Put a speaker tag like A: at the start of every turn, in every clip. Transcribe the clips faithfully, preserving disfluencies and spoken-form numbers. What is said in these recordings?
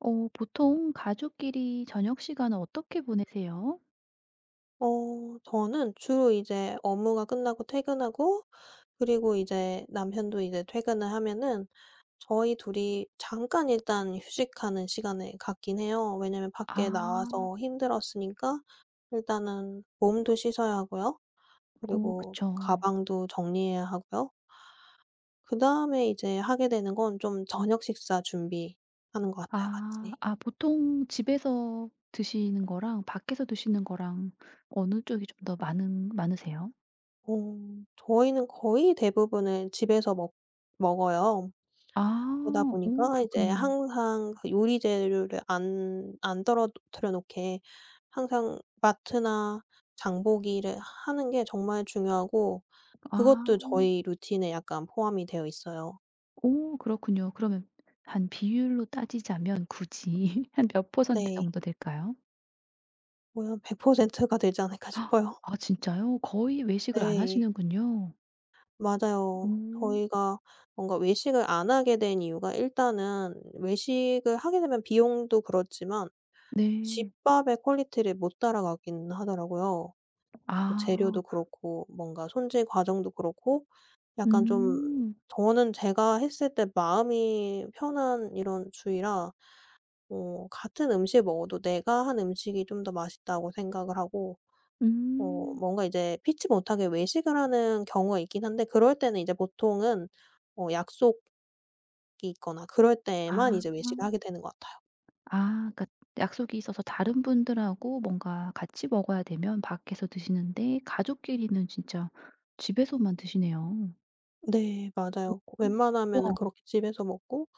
A: 어 보통 가족끼리 저녁 시간을 어떻게 보내세요?
B: 어 저는 주로 이제 업무가 끝나고 퇴근하고, 그리고 이제 남편도 이제 퇴근을 하면은 저희 둘이 잠깐 일단 휴식하는 시간을 갖긴 해요. 왜냐면 밖에
A: 아.
B: 나와서 힘들었으니까 일단은 몸도 씻어야 하고요.
A: 오,
B: 그리고
A: 그쵸.
B: 가방도 정리해야 하고요. 그다음에 이제 하게 되는 건 좀 저녁 식사 준비하는 것 같아요,
A: 아.
B: 같이.
A: 아, 보통 집에서 드시는 거랑 밖에서 드시는 거랑 어느 쪽이 좀 더 많은 많으세요?
B: 어 저희는 거의 대부분을 집에서 먹 먹어요. 그러다
A: 아. 오,
B: 보니까 이제
A: 그렇군요.
B: 항상 그 요리 재료를 안 안 떨어뜨려 놓게 항상 마트나 장보기를 하는 게 정말 중요하고, 그것도
A: 아.
B: 저희 루틴에 약간 포함이 되어 있어요.
A: 오, 그렇군요. 그러면 한 비율로 따지자면 굳이 한 몇 퍼센트
B: 네.
A: 정도 될까요?
B: 거의 한 백 퍼센트가 되지 않을까
A: 헉,
B: 싶어요.
A: 아 진짜요? 거의 외식을 안
B: 네,
A: 하시는군요.
B: 맞아요.
A: 음.
B: 저희가 뭔가 외식을 안 하게 된 이유가, 일단은 외식을 하게 되면 비용도 그렇지만
A: 네.
B: 집밥의 퀄리티를 못 따라가긴 하더라고요. 그
A: 아.
B: 재료도 그렇고 뭔가 손질 과정도 그렇고, 약간 좀
A: 음.
B: 저는 제가 했을 때 마음이 편한 이런 주의라, 어 같은 음식 먹어도 내가 한 음식이 좀 더 맛있다고 생각을 하고, 어
A: 음.
B: 뭔가 이제 피치 못하게 외식을 하는 경우가 있긴 한데, 그럴 때는 이제 보통은 어 약속이 있거나 그럴 때에만
A: 아.
B: 이제 외식을 하게 되는 것 같아요.
A: 아 그러니까 약속이 있어서 다른 분들하고 뭔가 같이 먹어야 되면 밖에서 드시는데 가족끼리는 진짜 집에서만 드시네요.
B: 네, 맞아요.
A: 우와,
B: 웬만하면은 그렇게 집에서 먹고,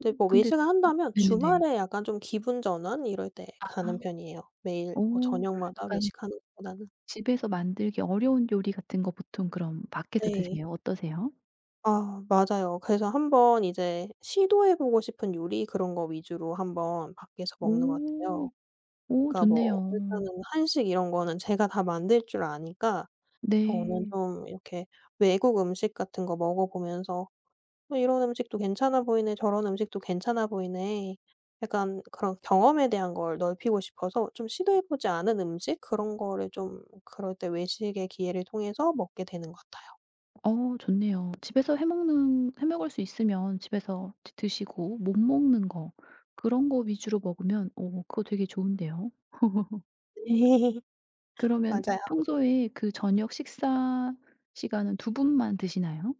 B: 근데 뭐
A: 근데
B: 외식을 한다면
A: 네네네.
B: 주말에 약간 좀 기분 전환 이럴 때
A: 아,
B: 가는 편이에요. 매일
A: 어
B: 뭐 저녁마다
A: 약간
B: 외식하는 것보다는.
A: 집에서 만들기 어려운 요리 같은 거 보통 그럼 밖에서
B: 네.
A: 드세요? 어떠세요?
B: 아, 맞아요. 그래서 한번 이제 시도해 보고 싶은 요리 그런 거 위주로 한번 밖에서 먹는 것 같아요.
A: 오. 오,
B: 그러니까 뭐
A: 좋네요.
B: 일단은 한식 이런 거는 제가 다 만들 줄 아니까, 저는
A: 네.
B: 좀 이렇게 외국 음식 같은 거 먹어 보면서 '어 이런 음식도 괜찮아 보이네. 저런 음식도 괜찮아 보이네.' 약간 그런 경험에 대한 걸 넓히고 싶어서, 좀 시도해 보지 않은 음식 그런 거를 좀 그럴 때 외식의 기회를 통해서 먹게 되는 것 같아요.
A: 어, 좋네요. 집에서 해 먹는 해 먹을 수 있으면 집에서 드 드시고 못 먹는 거, 그런 거 위주로 먹으면 오, 그거 되게 좋은데요. 그러면
B: 맞아요.
A: 평소에 그 저녁 식사 시간은 두 분만 드시나요?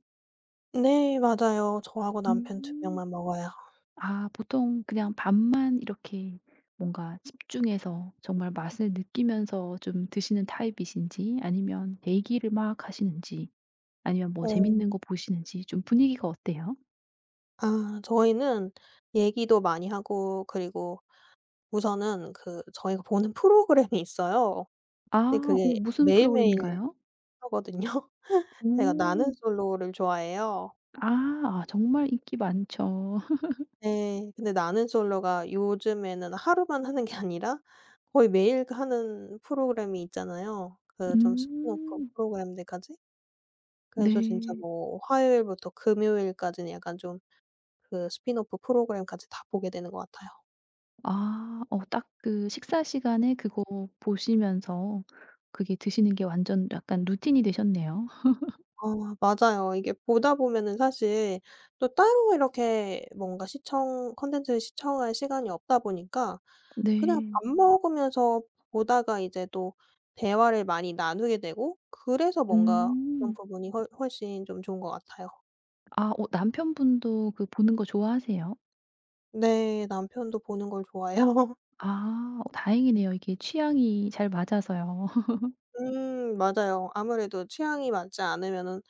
B: 네, 맞아요. 저하고 남편 두
A: 음.
B: 명만 먹어요.
A: 아, 보통 그냥 밥만 이렇게 뭔가 집중해서 정말 맛을 느끼면서 좀 드시는 타입이신지 아니면 대기를 막 하시는지 아니면 뭐
B: 어.
A: 재밌는 거 보시는지 좀 분위기가 어때요?
B: 아, 저희는 얘기도 많이 하고, 그리고 우선은 그 저희가 보는 프로그램이 있어요. 근데
A: 아,
B: 그게
A: 오, 무슨
B: 매일매일
A: 프로그램인가요?
B: 하거든요. 제가 나는
A: 오.
B: 솔로를 좋아해요.
A: 아. 아, 정말 인기 많죠.
B: 네. 근데 나는 솔로가 요즘에는 하루만 하는 게 아니라, 거의 매일 그 하는 프로그램이 있잖아요. 그 좀 스핀오프
A: 음.
B: 프로그램들까지. 그래서 진짜
A: 네.
B: 뭐 화요일부터 금요일까지는 약간 좀 그 스핀오프 프로그램까지 다 보게 되는 것 같아요.
A: 아. 어, 딱 그 식사 시간에 그거 보시면서 그게 드시는 게 완전 약간 루틴이 되셨네요.
B: 어 맞아요. 이게 보다 보면은 사실 또 따로 이렇게 뭔가 시청 콘텐츠를 시청할 시간이 없다 보니까 그냥
A: 네.
B: 밥 먹으면서 보다가 이제 또 대화를 많이 나누게 되고, 그래서 뭔가 그런
A: 음.
B: 부분이 훨 훨씬 좀 좋은 것 같아요.
A: 아, 어, 남편분도 그 보는 거 좋아하세요?
B: 네. 남편도 보는 걸 좋아해요.
A: 아. 어, 다행이네요. 이게 취향이 잘 맞아서요.
B: 음, 맞아요. 아무래도 취향이 맞지 않으면은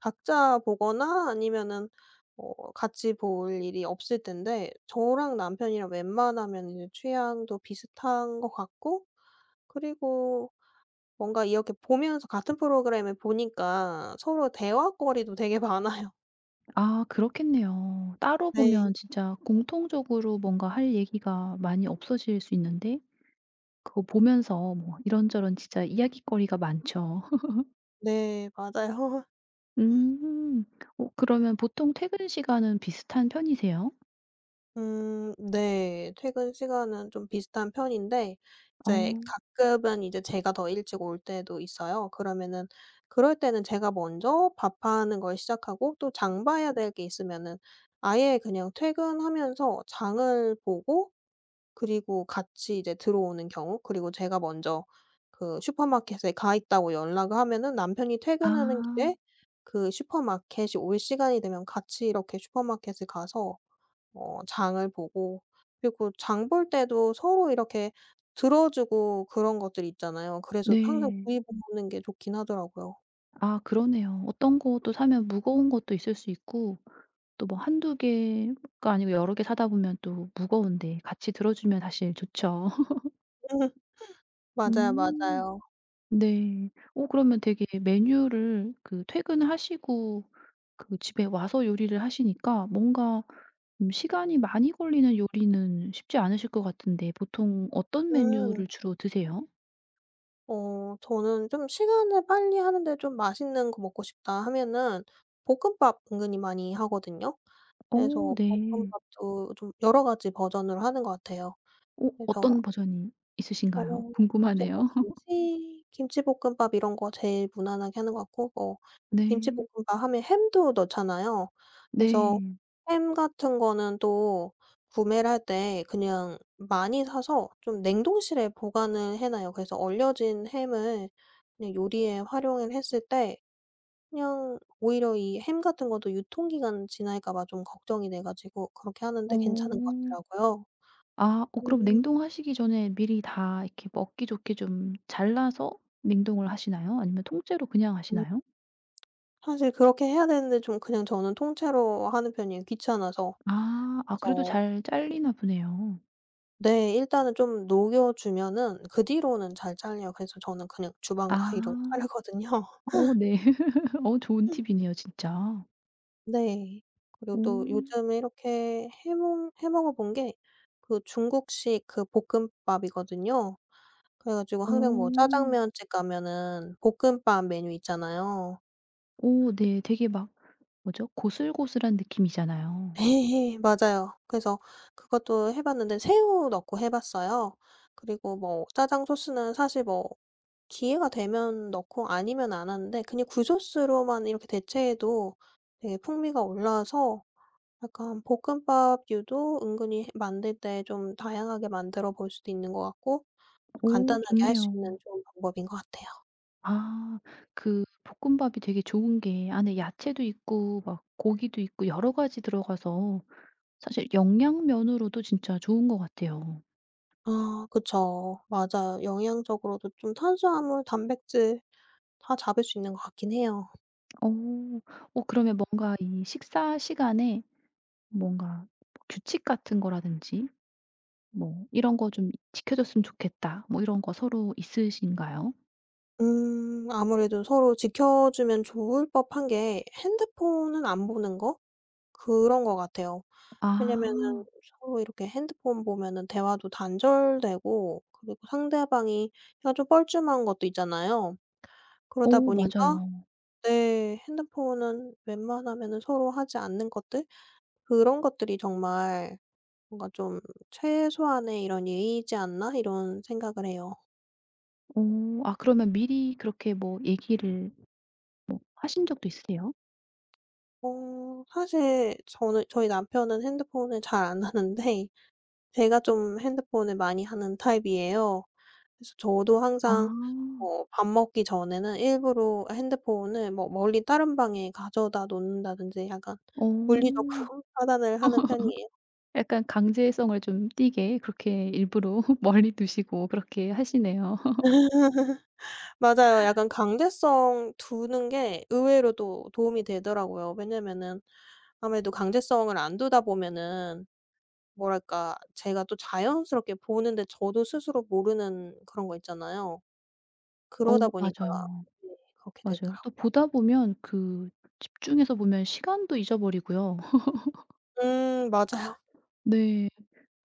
B: 각자 보거나 아니면은 어 같이 볼 일이 없을 텐데, 저랑 남편이랑 웬만하면 이제 취향도 비슷한 것 같고, 그리고 뭔가 이렇게 보면서 같은 프로그램을 보니까 서로 대화거리도 되게 많아요.
A: 아, 그렇겠네요. 따로
B: 네.
A: 보면 진짜 공통적으로 뭔가 할 얘기가 많이 없어질 수 있는데 그거 보면서 뭐 이런저런 진짜 이야깃거리가 많죠.
B: 네, 맞아요.
A: 음. 어, 그러면 보통 퇴근 시간은 비슷한 편이세요?
B: 음, 네. 퇴근 시간은 좀 비슷한 편인데
A: 어.
B: 이제, 가끔은 이제 제가 더 일찍 올 때도 있어요. 그러면은 그럴 때는 제가 먼저 밥하는 걸 시작하고, 또 장 봐야 될 게 있으면은 아예 그냥 퇴근하면서 장을 보고, 그리고 같이 이제 들어오는 경우, 그리고 제가 먼저 그 슈퍼마켓에 가 있다고 연락을 하면은 남편이 퇴근하는
A: 아.
B: 길에 그 슈퍼마켓이 올 시간이 되면 같이 이렇게 슈퍼마켓에 가서, 어 장을 보고, 그리고 장 볼 때도 서로 이렇게 들어 주고 그런 것들 있잖아요. 그래서 항상
A: 네.
B: 구입해 놓는 게 좋긴 하더라고요.
A: 아 그러네요. 어떤 것도 사면 무거운 것도 있을 수 있고 또 뭐 한두 개가 아니고 여러 개 사다 보면 또 무거운데 같이 들어 주면 사실 좋죠.
B: 맞아요,
A: 음.
B: 맞아요.
A: 네. 어, 그러면 되게 메뉴를 그 퇴근하시고 그 집에 와서 요리를 하시니까 뭔가 좀 시간이 많이 걸리는 요리는 쉽지 않으실 것 같은데 보통 어떤
B: 음.
A: 메뉴를 주로 드세요?
B: 어 저는 좀 시간을 빨리 하는데, 좀 맛있는 거 먹고 싶다 하면은 볶음밥 은근히 많이 하거든요.
A: 어,
B: 그래서
A: 네.
B: 볶음밥도 좀 여러 가지 버전으로 하는 것 같아요.
A: 어,
B: 그래서
A: 어떤 버전이
B: 어
A: 있으신가요?
B: 이제 뭐
A: 궁금하네요.
B: 김치 김치볶음밥 이런 거 제일 무난하게 하는 것 같고, 뭐
A: 네.
B: 김치볶음밥 하면 햄도 넣잖아요. 그래서
A: 네.
B: 햄 같은 거는 또 구매를 할 때 그냥 많이 사서 좀 냉동실에 보관을 해 놔요. 그래서 얼려진 햄을 그냥 요리에 활용을 했을 때, 그냥 오히려 이 햄 같은 것도 유통기간 지날까 봐 좀 걱정이 돼 가지고 그렇게 하는데 괜찮은 것
A: 어.
B: 같더라고요.
A: 아, 어, 그럼
B: 음.
A: 냉동하시기 전에 미리 다 이렇게 먹기 좋게 좀 잘라서 냉동을 하시나요? 아니면 통째로 그냥 하시나요?
B: 사실 그렇게 해야 되는데 좀 그냥 저는 통째로 하는 편이에요, 귀찮아서.
A: 아. 아, 그래도
B: 그래서
A: 잘 잘리나 보네요.
B: 네, 일단은 좀 녹여 주면은 그 뒤로는 잘 잘려요. 그래서 저는 그냥 주방 가위로
A: 아.
B: 자르거든요.
A: 어, 네. 어, 좋은 팁이네요 진짜.
B: 네. 그리고
A: 오.
B: 또 요즘에 이렇게 해 먹 해 먹어 본 게 그 중국식 그 볶음밥이거든요. 그래 가지고 항상 뭐
A: 오,
B: 짜장면집 가면은 볶음밥 메뉴 있잖아요.
A: 오, 네. 되게 막 뭐죠? 고슬고슬한 느낌이잖아요.
B: 예, 맞아요. 그래서 그것도 해 봤는데, 새우 넣고 해 봤어요. 그리고 뭐 짜장 소스는 사실 뭐 기회가 되면 넣고 아니면 안 하는데, 그냥 굴소스로만 이렇게 대체해도 되게 풍미가 올라와서 약간 볶음밥류도 은근히 만들 때 좀 다양하게 만들어 볼 수도 있는 것 같고,
A: 오,
B: 간단하게 할 수
A: 좋네요.
B: 있는 좋은 방법인 것 같아요.
A: 아, 그 볶음밥이 되게 좋은 게 안에 야채도 있고 막 고기도 있고 여러 가지 들어가서 사실 영양 면으로도 진짜 좋은 것 같아요.
B: 아, 그쵸. 맞아요. 영양적으로도 좀 탄수화물, 단백질 다 잡을 수 있는 것 같긴 해요.
A: 오, 오, 그러면 뭔가 이 식사 시간에 뭔가 규칙 같은 거라든지 뭐 '이런 거 좀 지켜 줬으면 좋겠다.' 뭐 이런 거 서로 있으신가요?
B: 음, 아무래도 서로 지켜주면 좋을 법한 게 핸드폰은 안 보는 거? 그런 것 같아요. 왜냐면은
A: 아.
B: 서로 이렇게 핸드폰 보면은 대화도 단절되고, 그리고 상대방이 약간 좀 뻘쭘한 것도 있잖아요. 그러다
A: 오,
B: 보니까
A: 맞아요.
B: 네, 핸드폰은 웬만하면은 서로 하지 않는 것들, 그런 것들이 정말 뭔가 좀 '최소한의 이런 예의이지 않나?' 이런 생각을 해요.
A: 오, 아, 그러면 미리 그렇게 뭐 얘기를 뭐 하신 적도 있으세요?
B: 어 사실 저는, 저희 남편은 핸드폰을 잘 안 하는데 제가 좀 핸드폰을 많이 하는 타입이에요. 그래서 저도
A: 아.
B: 항상 어 밥 먹기 전에는 일부러 핸드폰을 뭐 멀리 다른 방에 가져다 놓는다든지, 약간 물리적으로
A: 오.
B: 차단을 하는 편이에요.
A: 약간 강제성을 좀 띠게 그렇게 일부러 멀리 두시고 그렇게 하시네요.
B: 맞아요. 약간 강제성 두는 게 의외로 또 도움이 되더라고요. 왜냐면은, 아무래도 강제성을 안 두다 보면은 뭐랄까 제가 또 자연스럽게 보는데 저도 스스로 모르는 그런 거 있잖아요.
A: 어,
B: 그러다 보니까
A: 맞아요.
B: 네, 그렇게
A: 맞아요. 또
B: 되더라고요.
A: 보다 보면 그 집중해서 보면 시간도 잊어버리고요.
B: 음, 맞아요.
A: 네.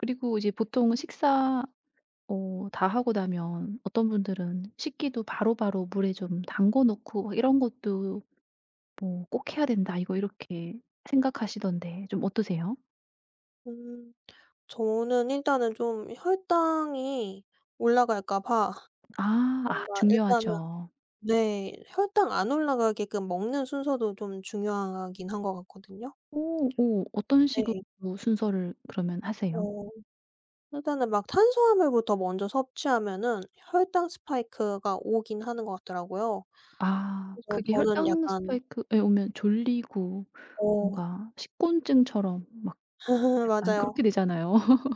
A: 그리고 이제 보통 식사 어, 다 하고 나면 어떤 분들은 식기도 바로바로 물에 좀 담궈 놓고 막 이런 것도 뭐 '꼭 해야 된다.' 이거 이렇게 생각하시던데 좀 어떠세요?
B: 음. 저는 일단은 좀 혈당이 올라갈까 봐
A: 아. 아,
B: 뭔가 일단은,
A: 중요하죠.
B: 네, 혈당 안 올라가게끔 먹는 순서도 좀 중요하긴 한 것 같거든요.
A: 오, 오. 어떤
B: 네.
A: 식으로 순서를 그러면 하세요?
B: 어 일단은 막 탄수화물부터 먼저 섭취하면은 혈당 스파이크가 오긴 하는 것 같더라고요.
A: 아,
B: 그래서
A: 그게
B: 저는
A: 혈당
B: 약간
A: 스파이크에 오면 졸리고
B: 어
A: 뭔가 식곤증처럼 막
B: 네,
A: 약간
B: 맞아요.
A: 그렇게 되잖아요.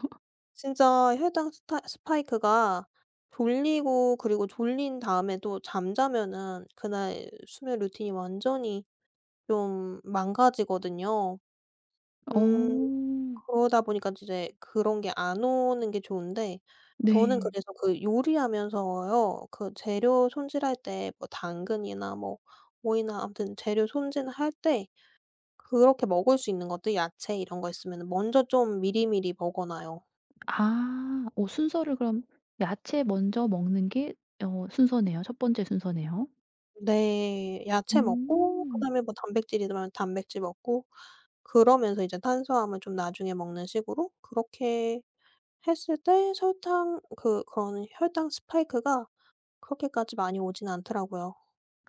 B: 진짜 혈당 스타 스파이크가 졸리고, 그리고 졸린 다음에 또 잠자면은 그날 수면 루틴이 완전히 좀 망가지거든요.
A: 어.
B: 음 그러다 보니까 이제 그런 게 안 오는 게 좋은데, 저는
A: 네.
B: 그래서 그 요리하면서요 그 재료 손질할 때 뭐 당근이나 뭐 오이나 아무튼 재료 손질할 때 그렇게 먹을 수 있는 것들, 야채 이런 거 있으면 먼저 좀 미리미리 먹어 놔요.
A: 아. 어, 순서를 그럼 야채 먼저 먹는 게 어, 순서네요. 첫 번째 순서네요.
B: 네. 야채 먹고
A: 음.
B: 그다음에 뭐 단백질이면 단백질 먹고, 그러면서 이제 탄수화물 좀 나중에 먹는 식으로 그렇게 했을 때 설탕 그 그런 혈당 스파이크가 그렇게까지 많이 오진 않더라고요.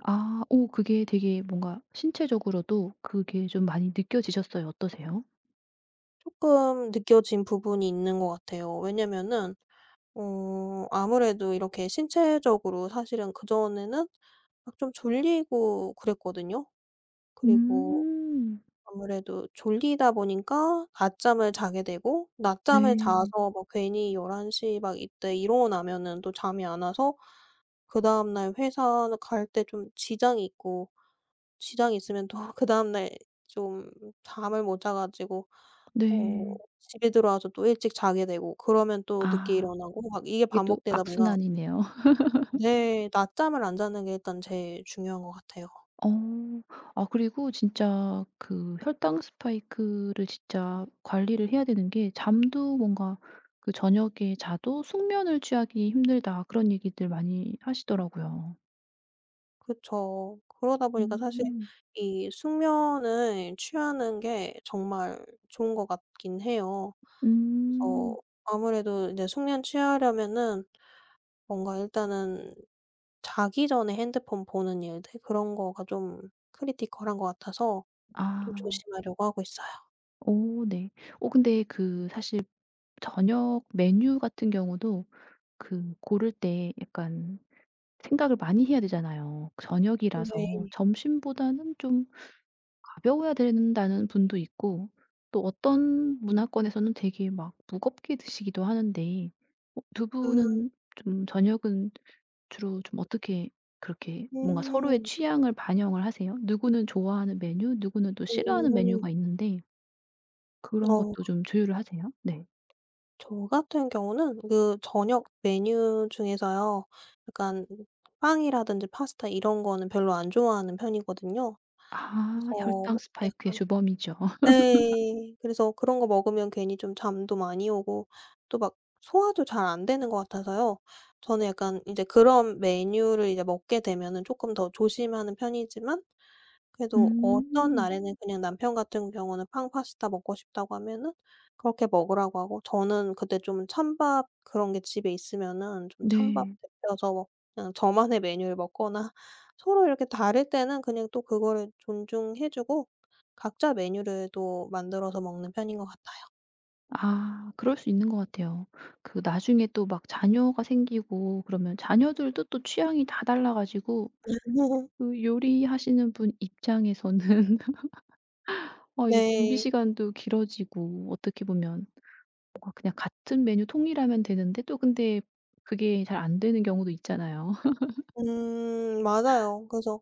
A: 아, 오, 그게 되게 뭔가 신체적으로도 그게 좀 많이 느껴지셨어요? 어떠세요?
B: 쪼끔 느껴진 부분이 있는 것 같아요. 왜냐면은 어 아무래도 이렇게 신체적으로 사실은 그전에는 막 좀 졸리고 그랬거든요. 그리고
A: 음.
B: 아무래도 졸리다 보니까 낮잠을 자게 되고 낮잠을
A: 네.
B: 자서 뭐 괜히 일 한 시 막 이때 일어나면은 또 잠이 안 와서, 그다음 날 회사 갈 때 좀 지장이 있고, 지장이 있으면 또 그다음 날 좀 잠을 못 자 가지고, 어
A: 네.
B: 집에 들어와서 또 일찍 자게 되고, 그러면 또 늦게
A: 아,
B: 일어나고 막 이게
A: 이게 또
B: 반복되다 보니까.
A: 악순환이네요.
B: 네. 낮잠을 안 자는 게 일단 제일 중요한 것 같아요.
A: 어. 아, 그리고 진짜 그 혈당 스파이크를 진짜 관리를 해야 되는 게 잠도 뭔가 그 "저녁에 자도 숙면을 취하기 힘들다." 그런 얘기들 많이 하시더라고요.
B: 그쵸. 그러다 보니까 사실
A: 음.
B: 이 숙면을 취하는 게 정말 좋은 것 같긴 해요. 음.
A: 음.
B: 그래서 아무래도 이제 숙면 취하려면은 뭔가 일단은 자기 전에 핸드폰 보는 일들 그런 거가 좀 크리티컬한 것 같아서, 좀
A: 아.
B: 조심하려고 하고 있어요.
A: 오, 네. 오, 근데 그 사실 저녁 메뉴 같은 경우도 그 고를 때 약간 생각을 많이 해야 되잖아요.
B: 네.
A: 저녁이라서 점심보다는 좀 가벼워야 된다는 분도 있고 또 어떤 문화권에서는 되게 막 무겁게 드시기도 하는데 어 두
B: 음.
A: 분은 좀 저녁은 주로 좀 어떻게 그렇게 뭔가 서로의
B: 음.
A: 취향을 반영을 하세요? 누구는 좋아하는 메뉴 누구는 또 싫어하는
B: 음.
A: 메뉴가 있는데 그런
B: 어.
A: 것도 좀 조율을 하세요? 네.
B: 저 같은 경우는 그 저녁 메뉴 중에서요. 약간 빵이라든지 파스타 이런 거는 별로 안 좋아하는 편이거든요.
A: 아,
B: 그래서, 음.
A: 혈당 스파이크의
B: 약간,
A: 주범이죠.
B: 네. 그래서 그런 거 먹으면 괜히 좀 잠도 많이 오고, 또 막 소화도 잘 안 되는 것 같아서요. 저는 약간 이제 그런 메뉴를 이제 먹게 되면은 쪼끔 더 조심하는 편이지만, 그래도 어떤
A: 음.
B: 날에는 그냥 남편 같은 경우는 팡파스타 먹고 싶다고 하면은 그렇게 먹으라고 하고, 저는 그때 좀 찬밥 그런 게 집에 있으면은 좀 찬밥
A: 네.
B: 데펴서 그냥 저만의 메뉴를 먹거나 서로 이렇게 다를 때는 그냥 또 그거를 존중해 주고, 각자 메뉴를 또 만들어서 먹는 편인 것 같아요.
A: 아, 그럴 수 있는 것 같아요. 그 나중에 또 막 자녀가 생기고 그러면 자녀들도 또 취향이 다 달라 가지고 그 요리하시는 분 입장에서는 어, 이게 준비
B: 네.
A: 시간도 길어지고 어떻게 보면 뭔가 그냥 같은 메뉴 통일하면 되는데 또 근데 그게 잘 안 되는 경우도 있잖아요.
B: 음, 맞아요. 그래서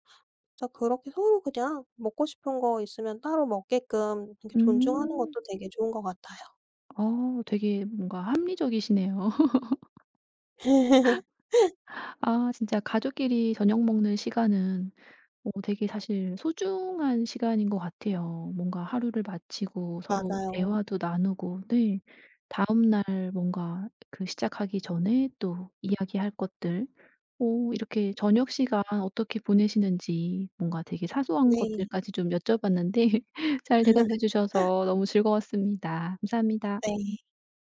B: 진짜 그렇게 서로 그냥 먹고 싶은 거 있으면 따로 먹게끔 이렇게 존중하는
A: 음.
B: 것도 되게 좋은 것 같아요.
A: 어, 되게 뭔가 합리적이시네요. 아, 진짜 가족끼리 저녁 먹는 시간은 어, 되게 사실 소중한 시간인 것 같아요. 뭔가 하루를 마치고 서로
B: 맞아요.
A: 대화도 나누고 네. 다음날 뭔가 그 시작하기 전에 또 이야기할 것들 오, 이렇게 저녁 시간 어떻게 보내시는지 뭔가 되게 사소한
B: 네.
A: 것들까지 좀 여쭤봤는데 잘 대답해 주셔서 너무 즐거웠습니다. 감사합니다.
B: 네.